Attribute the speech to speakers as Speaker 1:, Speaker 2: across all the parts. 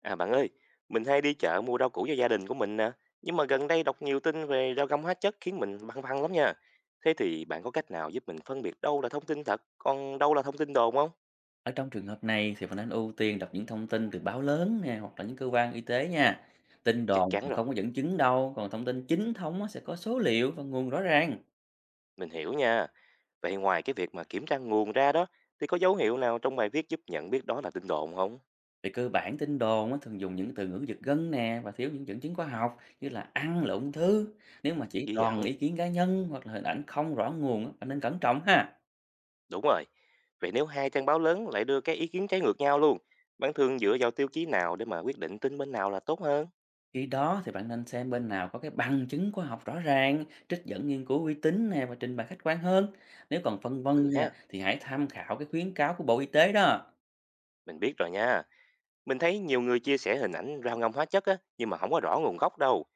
Speaker 1: À bạn ơi, mình hay đi chợ mua rau củ cho gia đình của mình nè. Nhưng mà gần đây đọc nhiều tin về rau găm hóa chất khiến mình băn khoăn lắm nha. Thế thì bạn có cách nào giúp mình phân biệt đâu là thông tin thật, còn đâu là thông tin đồn không?
Speaker 2: Ở trong trường hợp này thì bạn nên ưu tiên đọc những thông tin từ báo lớn nè hoặc là những cơ quan y tế nha. Tin
Speaker 1: Chắc
Speaker 2: đồn
Speaker 1: chắn
Speaker 2: thì
Speaker 1: rồi,
Speaker 2: không có dẫn chứng đâu, còn thông tin chính thống á, sẽ có số liệu và nguồn rõ ràng.
Speaker 1: mình hiểu nha. Vậy ngoài cái việc mà kiểm tra nguồn ra đó, thì có dấu hiệu nào trong bài viết giúp nhận biết đó là tin đồn không?
Speaker 2: Về cơ bản tin đồn á, thường dùng những từ ngữ giật gân nè và thiếu những dẫn chứng khoa học như là ăn là ung thư. Nếu mà chỉ
Speaker 1: Ghi
Speaker 2: toàn
Speaker 1: nhận,
Speaker 2: ý kiến cá nhân hoặc là hình ảnh không rõ nguồn á, bạn nên cẩn trọng ha.
Speaker 1: đúng rồi. Vậy nếu hai trang báo lớn lại đưa cái ý kiến trái ngược nhau luôn, bạn thường dựa vào tiêu chí nào để mà quyết định tin bên nào là tốt hơn?
Speaker 2: Khi đó thì bạn nên xem bên nào có cái bằng chứng khoa học rõ ràng, trích dẫn nghiên cứu uy tín nè và trình bày khách quan hơn. Nếu còn phân
Speaker 1: Ừ
Speaker 2: vân
Speaker 1: ha,
Speaker 2: nha thì hãy tham khảo cái khuyến cáo của Bộ Y tế đó.
Speaker 1: mình biết rồi nha. Mình thấy nhiều người chia sẻ hình ảnh rau ngâm hóa chất á, nhưng mà không có rõ nguồn gốc đâu.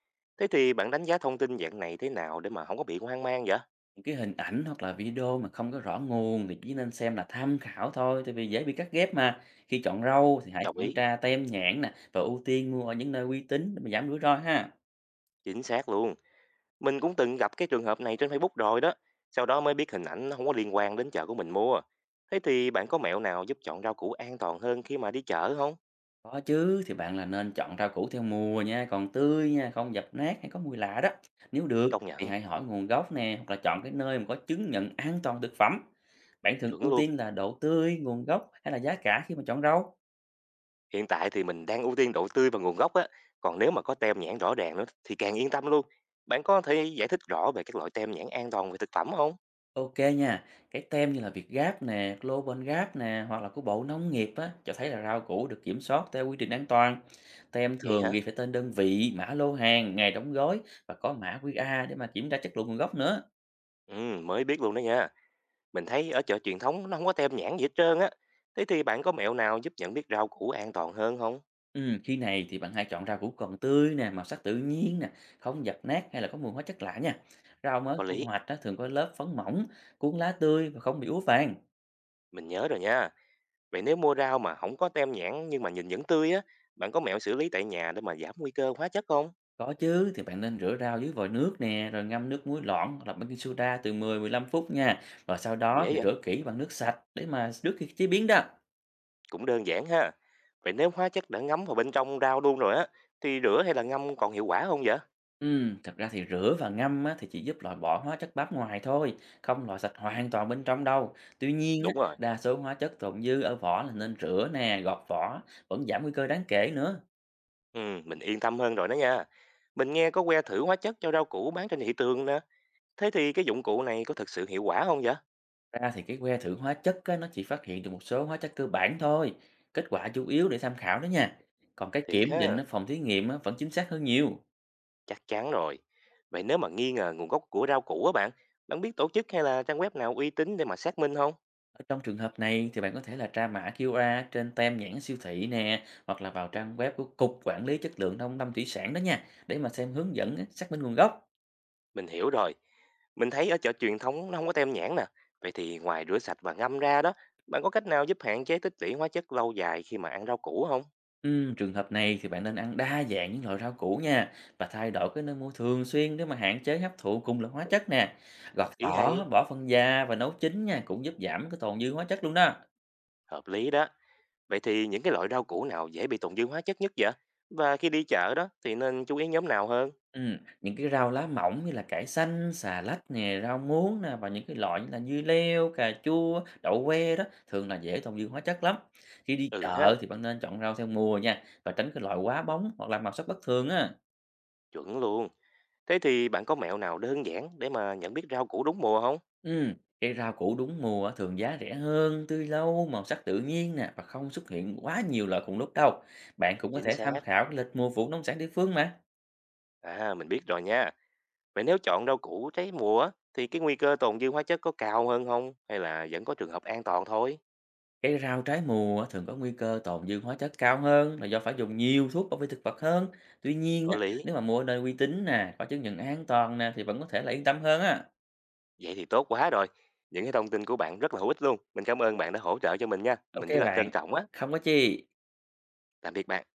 Speaker 1: Thế thì bạn đánh giá thông tin dạng này thế nào để mà không có bị hoang mang vậy?
Speaker 2: Những cái hình ảnh hoặc là video mà không có rõ nguồn thì chỉ nên xem là tham khảo thôi, tại vì dễ bị cắt ghép mà. Khi chọn rau thì hãy
Speaker 1: Đồng
Speaker 2: kiểm
Speaker 1: ý,
Speaker 2: tra tem nhãn nè và ưu tiên mua ở những nơi uy tín để mà giảm rủi ro ha.
Speaker 1: chính xác luôn. Mình cũng từng gặp cái trường hợp này trên Facebook rồi đó. Sau đó mới biết hình ảnh nó không có liên quan đến chợ của mình mua. Thế thì bạn có mẹo nào giúp chọn rau củ an toàn hơn khi mà đi chợ không?
Speaker 2: Có chứ, thì bạn là nên chọn rau củ theo mùa nha, còn tươi nha, không dập nát hay có mùi lạ đó. Nếu được
Speaker 1: Công
Speaker 2: thì
Speaker 1: nhận,
Speaker 2: hãy hỏi nguồn gốc nè, hoặc là chọn cái nơi mà có chứng nhận an toàn thực phẩm. Bạn thường
Speaker 1: chuẩn
Speaker 2: ưu
Speaker 1: luôn.
Speaker 2: tiên là độ tươi, nguồn gốc hay là giá cả khi mà chọn rau?
Speaker 1: Hiện tại thì mình đang ưu tiên độ tươi và nguồn gốc á. Còn nếu mà có tem nhãn rõ ràng nữa thì càng yên tâm luôn. Bạn có thể giải thích rõ về các loại tem nhãn an toàn về thực phẩm không?
Speaker 2: Ok nha, cái tem như là Việt Gáp nè, Global Gap nè, hoặc là của Bộ Nông nghiệp á, cho thấy là rau củ được kiểm soát theo quy trình an toàn. Tem
Speaker 1: Vậy
Speaker 2: thường ghi
Speaker 1: hả?
Speaker 2: phải tên đơn vị, mã lô hàng, ngày đóng gói và có mã QR để mà kiểm tra chất lượng nguồn gốc nữa.
Speaker 1: Ừ, mới biết luôn đó nha. Mình thấy ở chợ truyền thống nó không có tem nhãn gì hết trơn á. Thế thì bạn có mẹo nào giúp nhận biết rau củ an toàn hơn không?
Speaker 2: Khi này thì bạn hãy chọn rau củ còn tươi nè, màu sắc tự nhiên nè, không dập nát hay là có mùi hóa chất lạ nha. Rau mới
Speaker 1: Có
Speaker 2: thu
Speaker 1: lý,
Speaker 2: hoạch á, thường có lớp phấn mỏng, cuống lá tươi và không bị úa vàng.
Speaker 1: mình nhớ rồi nha. Vậy nếu mua rau mà không có tem nhãn nhưng mà nhìn vẫn tươi á, bạn có mẹo xử lý tại nhà để mà giảm nguy cơ hóa chất không?
Speaker 2: Có chứ, thì bạn nên rửa rau dưới vòi nước nè, rồi ngâm nước muối loãng hoặc là baking soda từ 10-15 phút nha. Rồi sau đó
Speaker 1: Dễ
Speaker 2: thì
Speaker 1: vậy,
Speaker 2: rửa kỹ bằng nước sạch để mà trước khi chế biến đó.
Speaker 1: cũng đơn giản ha. Vậy nếu hóa chất đã ngấm vào bên trong rau luôn rồi á, thì rửa hay là ngâm còn hiệu quả không vậy?
Speaker 2: Thật ra rửa và ngâm á, thì chỉ giúp loại bỏ hóa chất bám ngoài thôi, không loại sạch hoàn toàn bên trong đâu. Tuy nhiên á,
Speaker 1: Đúng rồi.
Speaker 2: đa số hóa chất tồn dư ở vỏ, là nên rửa nè, gọt vỏ, vẫn giảm nguy cơ đáng kể nữa.
Speaker 1: Ừ, mình yên tâm hơn rồi đó nha. Mình nghe có que thử hóa chất cho rau củ bán trên thị trường nè. Thế thì cái dụng cụ này có thực sự hiệu quả không vậy?
Speaker 2: Ra thì cái que thử hóa chất á, nó chỉ phát hiện được một số hóa chất cơ bản thôi, kết quả chủ yếu để tham khảo đó nha. Còn cái kiểm
Speaker 1: Thiệt
Speaker 2: định
Speaker 1: ha,
Speaker 2: ở phòng thí nghiệm á, vẫn chính xác hơn nhiều.
Speaker 1: chắc chắn rồi. Vậy nếu mà nghi ngờ nguồn gốc của rau củ á bạn, bạn biết tổ chức hay là trang web nào uy tín để mà xác minh không?
Speaker 2: Ở trong trường hợp này thì bạn có thể là tra mã QR trên tem nhãn siêu thị nè, hoặc là vào trang web của Cục Quản lý Chất lượng Nông lâm Thủy sản đó nha, để mà xem hướng dẫn á, xác minh nguồn gốc.
Speaker 1: Mình hiểu rồi. Mình thấy ở chợ truyền thống nó không có tem nhãn nè. Vậy thì ngoài rửa sạch và ngâm ra đó, bạn có cách nào giúp hạn chế tích trữ hóa chất lâu dài khi mà ăn rau củ không?
Speaker 2: Ừ, trường hợp này thì bạn nên ăn đa dạng những loại rau củ nha, và thay đổi cái nơi mua thường xuyên để mà hạn chế hấp thụ cùng loại hóa chất nè. Gọt
Speaker 1: Ý
Speaker 2: vỏ,
Speaker 1: hay,
Speaker 2: bỏ phân da và nấu chín nha cũng giúp giảm cái tồn dư hóa chất luôn đó.
Speaker 1: hợp lý đó. Vậy thì những cái loại rau củ nào dễ bị tồn dư hóa chất nhất vậy? Và khi đi chợ đó thì nên chú ý nhóm nào hơn?
Speaker 2: Những cái rau lá mỏng như là cải xanh, xà lách nè, rau muống nè, và những cái loại như là dưa leo, cà chua, đậu que đó thường là dễ tồn dư hóa chất lắm. Khi đi
Speaker 1: Ừ ha,
Speaker 2: chợ thì bạn nên chọn rau theo mùa nha, và tránh cái loại quá bóng hoặc là màu sắc bất thường á.
Speaker 1: chuẩn luôn. Thế thì bạn có mẹo nào đơn giản để mà nhận biết rau củ đúng mùa không?
Speaker 2: Ừm, cây rau củ đúng mùa á, thường giá rẻ hơn, tươi lâu, màu sắc tự nhiên nè và không xuất hiện quá nhiều loại cùng lúc đâu. Bạn cũng có
Speaker 1: Chính
Speaker 2: thể tham
Speaker 1: xác.
Speaker 2: khảo cái lịch mùa vụ nông sản địa phương mà.
Speaker 1: À, mình biết rồi nha. Vậy nếu chọn rau củ trái mùa á, thì cái nguy cơ tồn dư hóa chất có cao hơn không? Hay là vẫn có trường hợp an toàn thôi?
Speaker 2: Cái rau trái mùa á, thường có nguy cơ tồn dư hóa chất cao hơn là do phải dùng nhiều thuốc bảo vệ thực vật hơn. Tuy nhiên
Speaker 1: Có
Speaker 2: á,
Speaker 1: lý.
Speaker 2: nếu mà mua ở nơi uy tín nè, có chứng nhận an toàn nè, thì vẫn có thể là yên tâm hơn á.
Speaker 1: Vậy thì tốt quá rồi. Những cái thông tin của bạn rất là hữu ích luôn. Mình cảm ơn bạn đã hỗ trợ cho mình nha.
Speaker 2: Ok
Speaker 1: Mình rất là
Speaker 2: bạn,
Speaker 1: trân trọng á.
Speaker 2: không có chi.
Speaker 1: Tạm biệt bạn.